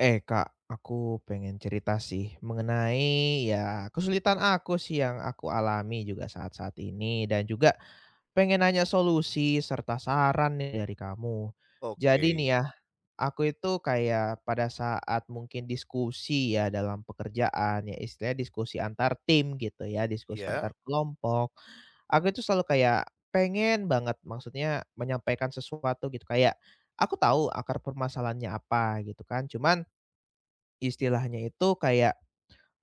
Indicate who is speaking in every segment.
Speaker 1: Eh Kak, aku pengen cerita sih mengenai ya kesulitan aku sih yang aku alami juga saat-saat ini dan juga pengen nanya solusi serta saran nih dari kamu. Jadi nih
Speaker 2: Oke,
Speaker 1: ya, aku itu kayak pada saat mungkin diskusi ya dalam pekerjaan ya istilahnya diskusi antar tim gitu ya, diskusi
Speaker 2: iya,
Speaker 1: antar kelompok. Aku itu selalu kayak pengen banget maksudnya menyampaikan sesuatu gitu kayak aku tahu akar permasalahannya apa gitu kan. Cuman istilahnya itu kayak,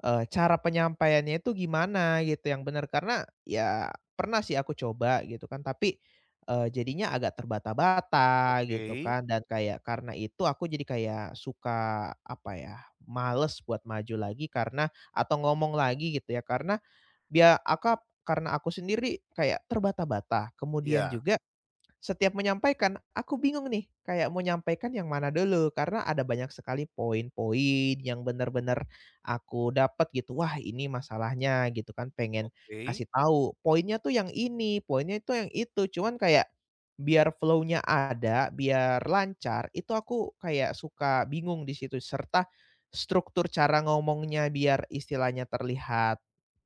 Speaker 1: cara penyampaiannya itu gimana gitu yang benar karena ya pernah sih aku coba gitu kan tapi, jadinya agak terbata-bata
Speaker 2: oke,
Speaker 1: gitu kan dan kayak karena itu aku jadi kayak suka apa ya, males buat maju lagi karena atau ngomong lagi gitu ya karena biar akap karena aku sendiri kayak terbata-bata kemudian
Speaker 2: iya,
Speaker 1: juga setiap menyampaikan, aku bingung nih, kayak mau nyampaikan yang mana dulu, karena ada banyak sekali poin-poin yang benar-benar aku dapat gitu, wah ini masalahnya gitu kan, pengen
Speaker 2: oke,
Speaker 1: kasih tahu, poinnya tuh yang ini, poinnya itu yang itu, cuman kayak biar flow-nya ada, biar lancar, itu aku kayak suka bingung di situ, serta struktur cara ngomongnya biar istilahnya terlihat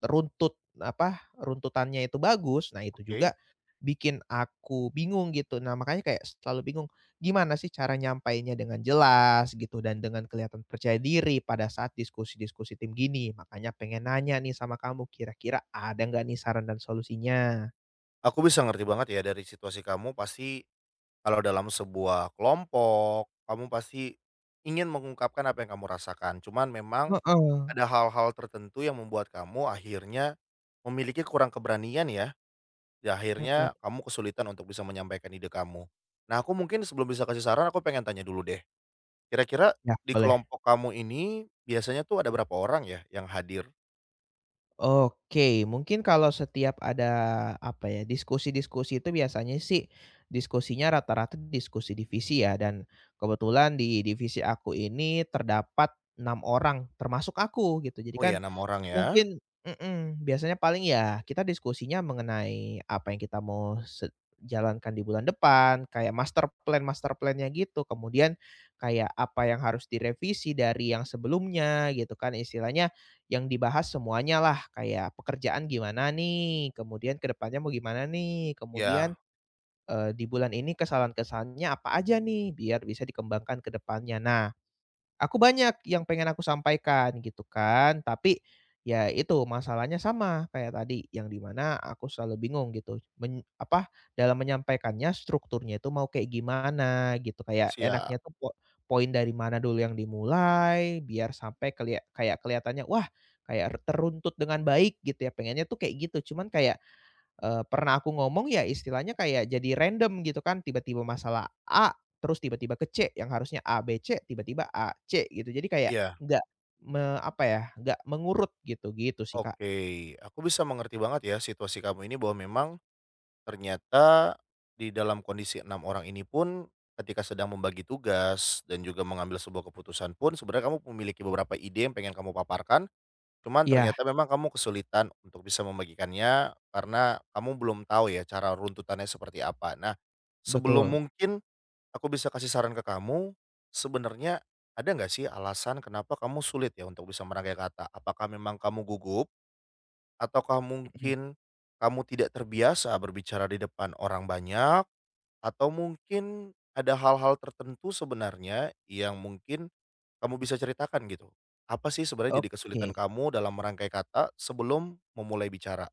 Speaker 1: runtut, apa, runtutannya itu bagus, nah itu
Speaker 2: oke.
Speaker 1: juga bikin aku bingung gitu. Nah, makanya kayak selalu bingung, gimana sih cara nyampainya dengan jelas gitu dan dengan kelihatan percaya diri pada saat diskusi-diskusi tim gini. Makanya pengen nanya nih sama kamu, kira-kira ada nggak nih saran dan solusinya?
Speaker 2: Aku bisa ngerti banget ya dari situasi kamu pasti kalau dalam sebuah kelompok, kamu pasti ingin mengungkapkan apa yang kamu rasakan. Cuman memang
Speaker 1: Heeh,
Speaker 2: ada hal-hal tertentu yang membuat kamu akhirnya memiliki kurang keberanian ya, di
Speaker 1: mhm,
Speaker 2: akhirnya kamu kesulitan untuk bisa menyampaikan ide kamu. Nah, aku mungkin sebelum bisa kasih saran, aku pengen tanya dulu deh. Kira-kira
Speaker 1: ya
Speaker 2: di
Speaker 1: boleh.
Speaker 2: kelompok kamu ini biasanya tuh ada berapa orang ya yang hadir?
Speaker 1: Oke, mungkin kalau setiap ada, apa ya, diskusi-diskusi itu biasanya sih, diskusinya rata-rata diskusi divisi ya, dan kebetulan di divisi aku ini terdapat 6 orang termasuk aku gitu. Jadi
Speaker 2: Oh
Speaker 1: kan
Speaker 2: ya, 6 orang ya?
Speaker 1: mungkin mhm, biasanya paling ya kita diskusinya mengenai apa yang kita mau jalankan di bulan depan, kayak master plan-master plan-nya gitu. Kemudian kayak apa yang harus direvisi dari yang sebelumnya gitu kan, istilahnya yang dibahas semuanya lah kayak pekerjaan gimana nih, kemudian ke depannya mau gimana nih, kemudian,
Speaker 2: Ya,
Speaker 1: di bulan ini kesalahan-kesalahannya apa aja nih, biar bisa dikembangkan ke depannya. Nah aku banyak yang pengen aku sampaikan gitu kan, tapi ya itu masalahnya sama kayak tadi yang di mana aku selalu bingung gitu apa, dalam menyampaikannya strukturnya itu mau kayak gimana gitu, kayak
Speaker 2: siap.
Speaker 1: enaknya tuh poin dari mana dulu yang dimulai biar sampai kayak kelihatannya, wah, kayak teruntut dengan baik gitu ya, pengennya tuh kayak gitu, cuman kayak pernah aku ngomong ya istilahnya kayak jadi random gitu kan, tiba-tiba masalah A, terus tiba-tiba ke C, yang harusnya A, B, C, tiba-tiba A, C gitu. Jadi kayak
Speaker 2: Ya,
Speaker 1: nggak apa ya, nggak mengurut gitu, gitu sih, Kak.
Speaker 2: oke. Aku bisa mengerti banget ya situasi kamu ini bahwa memang ternyata di dalam kondisi 6 orang ini pun ketika sedang membagi tugas dan juga mengambil sebuah keputusan pun sebenarnya kamu memiliki beberapa ide yang pengen kamu paparkan, cuman
Speaker 1: Iya,
Speaker 2: ternyata memang kamu kesulitan untuk bisa membagikannya karena kamu belum tahu ya cara runtutannya seperti apa. Nah, sebelum
Speaker 1: betul,
Speaker 2: mungkin aku bisa kasih saran ke kamu, sebenarnya ada nggak sih alasan kenapa kamu sulit ya untuk bisa merangkai kata? Apakah memang kamu gugup? Ataukah
Speaker 1: mhm,
Speaker 2: mungkin kamu tidak terbiasa berbicara di depan orang banyak? Atau mungkin ada hal-hal tertentu sebenarnya yang mungkin kamu bisa ceritakan gitu? Apa sih sebenarnya jadi kesulitan
Speaker 1: oke.
Speaker 2: kamu dalam merangkai kata sebelum memulai bicara?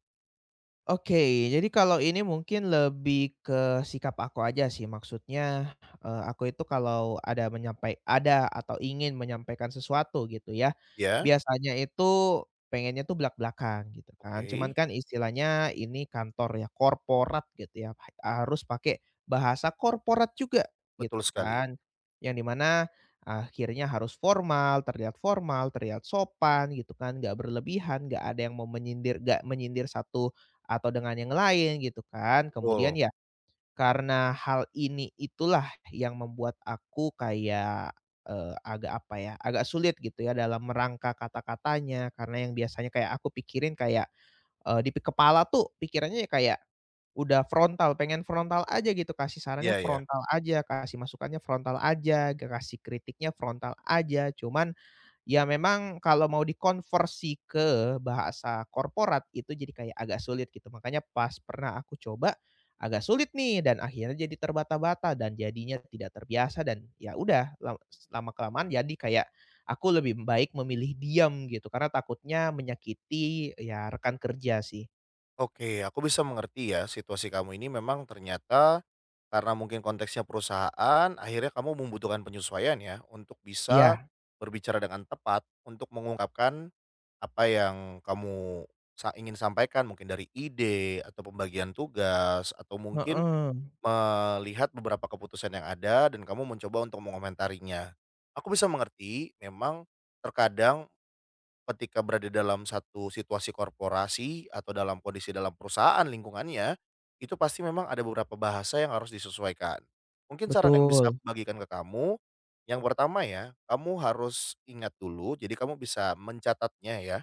Speaker 1: Oke, jadi kalau ini mungkin lebih ke sikap aku aja sih. Maksudnya, aku itu kalau ada ada atau ingin menyampaikan sesuatu gitu ya,
Speaker 2: Ya,
Speaker 1: biasanya itu pengennya tuh blakan gitu kan. Cuman
Speaker 2: oke,
Speaker 1: kan istilahnya ini kantor ya, korporat gitu ya, harus pakai bahasa korporat juga
Speaker 2: betul
Speaker 1: gitu
Speaker 2: sekali.
Speaker 1: kan. Yang dimana akhirnya harus formal, terlihat sopan gitu kan, nggak berlebihan, nggak ada yang mau menyindir nggak menyindir satu atau dengan yang lain gitu kan. Kemudian
Speaker 2: Betul,
Speaker 1: ya karena hal ini itulah yang membuat aku kayak, agak apa ya, agak sulit gitu ya dalam merangka kata-katanya karena yang biasanya kayak aku pikirin kayak, di kepala tuh pikirannya ya kayak udah frontal, pengen frontal aja gitu, kasih sarannya
Speaker 2: iya ya.
Speaker 1: frontal aja, kasih masukannya frontal aja, kasih kritiknya frontal aja. Cuman ya memang kalau mau dikonversi ke bahasa korporat itu jadi kayak agak sulit gitu, makanya pas pernah aku coba, agak sulit nih dan akhirnya jadi terbata-bata dan jadinya tidak terbiasa dan ya udah lama-kelamaan jadi kayak aku lebih baik memilih diam gitu karena takutnya menyakiti ya rekan kerja sih.
Speaker 2: Oke, aku bisa mengerti ya situasi kamu ini memang ternyata karena mungkin konteksnya perusahaan, akhirnya kamu membutuhkan penyesuaian ya untuk bisa
Speaker 1: Iya,
Speaker 2: berbicara dengan tepat untuk mengungkapkan apa yang kamu ingin sampaikan mungkin dari ide atau pembagian tugas atau mungkin
Speaker 1: heeh,
Speaker 2: melihat beberapa keputusan yang ada dan kamu mencoba untuk mengomentarinya. Aku bisa mengerti memang terkadang ketika berada dalam satu situasi korporasi atau dalam kondisi dalam perusahaan lingkungannya, itu pasti memang ada beberapa bahasa yang harus disesuaikan. Mungkin saran yang bisa
Speaker 1: betul,
Speaker 2: aku bagikan ke kamu, yang pertama ya, kamu harus ingat dulu, jadi kamu bisa mencatatnya ya,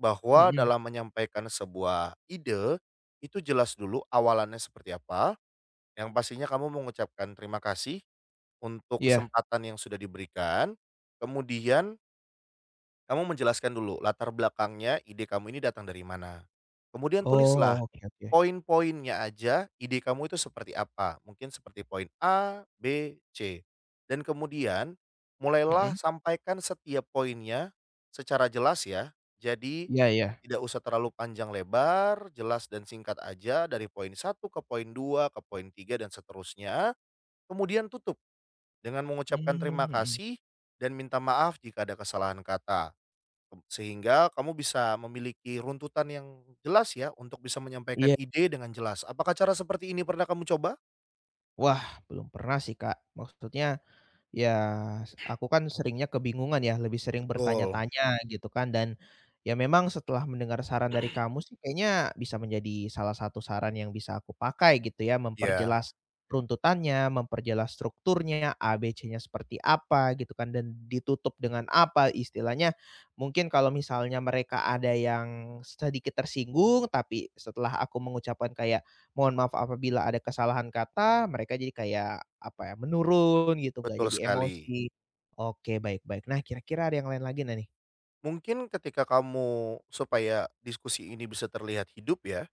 Speaker 2: bahwa
Speaker 1: mhm,
Speaker 2: dalam menyampaikan sebuah ide, itu jelas dulu awalannya seperti apa, yang pastinya kamu mengucapkan terima kasih untuk
Speaker 1: iya.
Speaker 2: kesempatan yang sudah diberikan, kemudian kamu menjelaskan dulu latar belakangnya ide kamu ini datang dari mana. Kemudian tulislah
Speaker 1: Oh, oke oke,
Speaker 2: poin-poinnya aja ide kamu itu seperti apa. Mungkin seperti poin A, B, C. Dan kemudian mulailah
Speaker 1: mhm,
Speaker 2: sampaikan setiap poinnya secara jelas ya. Jadi
Speaker 1: iya iya,
Speaker 2: tidak usah terlalu panjang lebar, jelas dan singkat aja dari poin satu ke poin 2 ke poin 3 dan seterusnya. Kemudian tutup dengan mengucapkan
Speaker 1: mmm,
Speaker 2: terima
Speaker 1: mhm.
Speaker 2: kasih dan minta maaf jika ada kesalahan kata. Gitu. Sehingga kamu bisa memiliki runtutan yang jelas ya untuk bisa menyampaikan
Speaker 1: Iya.
Speaker 2: ide dengan jelas. Apakah cara seperti ini pernah kamu coba?
Speaker 1: Wah, belum pernah sih, Kak. Maksudnya, ya aku kan seringnya kebingungan ya, lebih sering
Speaker 2: Betul,
Speaker 1: bertanya-tanya gitu kan dan, ya memang setelah mendengar saran dari kamu sih kayaknya bisa menjadi salah satu saran yang bisa aku pakai gitu ya,
Speaker 2: ya.
Speaker 1: memperjelas runtutannya, memperjelas strukturnya, ABC-nya seperti apa gitu kan dan ditutup dengan apa istilahnya. Mungkin kalau misalnya mereka ada yang sedikit tersinggung, tapi setelah aku mengucapkan kayak, mohon maaf apabila ada kesalahan kata, mereka jadi kayak, apa ya, menurun gitu, nggak
Speaker 2: Betul
Speaker 1: jadi
Speaker 2: sekali.
Speaker 1: emosi. Oke, baik baik. Nah, kira-kira ada yang lain lagi nggak nih?
Speaker 2: Mungkin ketika kamu supaya diskusi ini bisa terlihat hidup ya,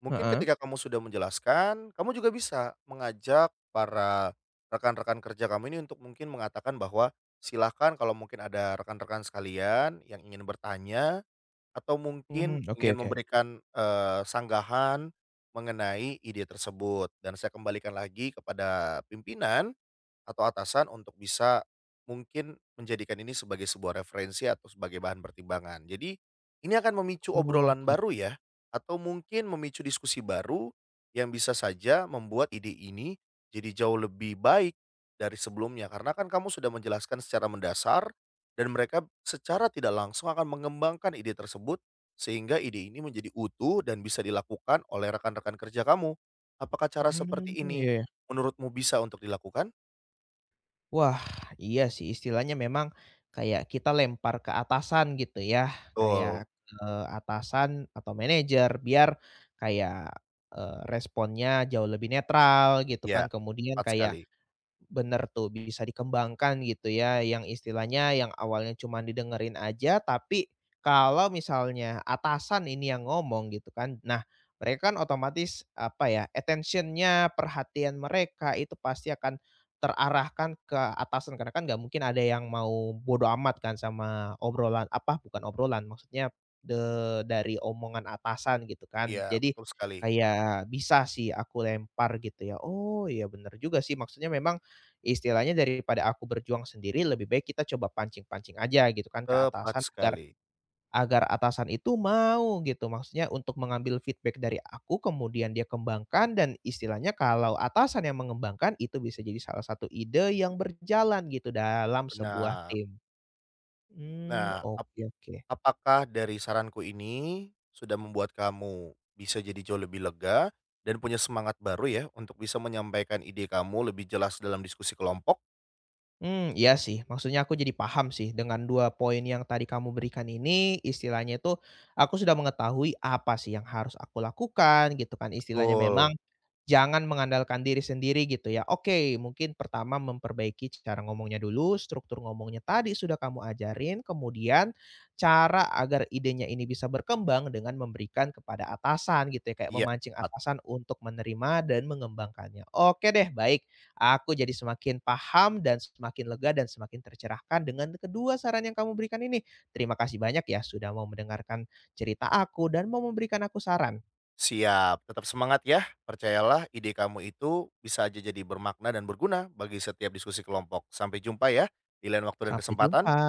Speaker 2: mungkin
Speaker 1: Heeh.
Speaker 2: ketika kamu sudah menjelaskan, kamu juga bisa mengajak para rekan-rekan kerja kamu ini untuk mungkin mengatakan bahwa silahkan kalau mungkin ada rekan-rekan sekalian yang ingin bertanya atau
Speaker 1: Mmm,
Speaker 2: mungkin
Speaker 1: oke
Speaker 2: ingin
Speaker 1: oke.
Speaker 2: memberikan, sanggahan mengenai ide tersebut dan saya kembalikan lagi kepada pimpinan, atau atasan untuk bisa mungkin menjadikan ini sebagai sebuah referensi atau sebagai bahan pertimbangan. Jadi ini akan memicu obrolan
Speaker 1: Oke
Speaker 2: baru ya atau mungkin memicu diskusi baru yang bisa saja membuat ide ini jadi jauh lebih baik dari sebelumnya karena kan kamu sudah menjelaskan secara mendasar dan mereka secara tidak langsung akan mengembangkan ide tersebut sehingga ide ini menjadi utuh dan bisa dilakukan oleh rekan-rekan kerja kamu. Apakah cara seperti
Speaker 1: mmm,
Speaker 2: ini
Speaker 1: iya ya.
Speaker 2: menurutmu bisa untuk dilakukan?
Speaker 1: Wah, iya sih, istilahnya memang kayak kita lempar ke atasan gitu ya,
Speaker 2: Betul,
Speaker 1: kayak ke atasan atau manajer biar kayak, responnya jauh lebih netral gitu kan,
Speaker 2: iya,
Speaker 1: kemudian
Speaker 2: tepat
Speaker 1: kayak
Speaker 2: sekali.
Speaker 1: bener tuh, bisa dikembangkan gitu ya, yang istilahnya yang awalnya cuma didengerin aja, tapi kalau misalnya atasan ini yang ngomong gitu kan, nah mereka kan otomatis apa ya, attentionnya perhatian mereka itu pasti akan terarahkan ke atasan, karena kan nggak mungkin ada yang mau bodo amat kan sama obrolan apa, bukan obrolan, maksudnya de dari omongan atasan gitu kan.
Speaker 2: Iya,
Speaker 1: Jadi
Speaker 2: betul sekali,
Speaker 1: kayak bisa sih aku lempar gitu ya, oh iya bener juga sih, maksudnya memang istilahnya daripada aku berjuang sendiri lebih baik kita coba pancing-pancing aja gitu kan ke
Speaker 2: tepat
Speaker 1: atasan agar
Speaker 2: sekali,
Speaker 1: agar atasan itu mau gitu. Maksudnya untuk mengambil feedback dari aku kemudian dia kembangkan dan istilahnya kalau atasan yang mengembangkan itu bisa jadi salah satu ide yang berjalan gitu dalam sebuah
Speaker 2: benar.
Speaker 1: tim. Mmm,
Speaker 2: Nah, ap
Speaker 1: oke oke.
Speaker 2: apakah dari saranku ini sudah membuat kamu bisa jadi jauh lebih lega dan punya semangat baru ya untuk bisa menyampaikan ide kamu lebih jelas dalam diskusi kelompok?
Speaker 1: Mmm, iya sih maksudnya aku jadi paham sih dengan 2 poin yang tadi kamu berikan ini istilahnya itu aku sudah mengetahui apa sih yang harus aku lakukan gitu kan istilahnya memang
Speaker 2: Betul,
Speaker 1: jangan mengandalkan diri sendiri gitu ya. Oke, mungkin pertama memperbaiki cara ngomongnya dulu, struktur ngomongnya tadi sudah kamu ajarin, kemudian cara agar idenya ini bisa berkembang dengan memberikan kepada atasan gitu ya, kayak
Speaker 2: iya,
Speaker 1: memancing
Speaker 2: tepat.
Speaker 1: atasan untuk menerima dan mengembangkannya. Oke deh, baik. Aku jadi semakin paham dan semakin lega dan semakin tercerahkan dengan kedua saran yang kamu berikan ini. Terima kasih banyak ya sudah mau mendengarkan cerita aku dan mau memberikan aku saran.
Speaker 2: Siap, tetap semangat ya, percayalah ide kamu itu bisa aja jadi bermakna dan berguna bagi setiap diskusi kelompok. Sampai jumpa ya, di lain waktu dan
Speaker 1: Sampai jumpa.
Speaker 2: kesempatan.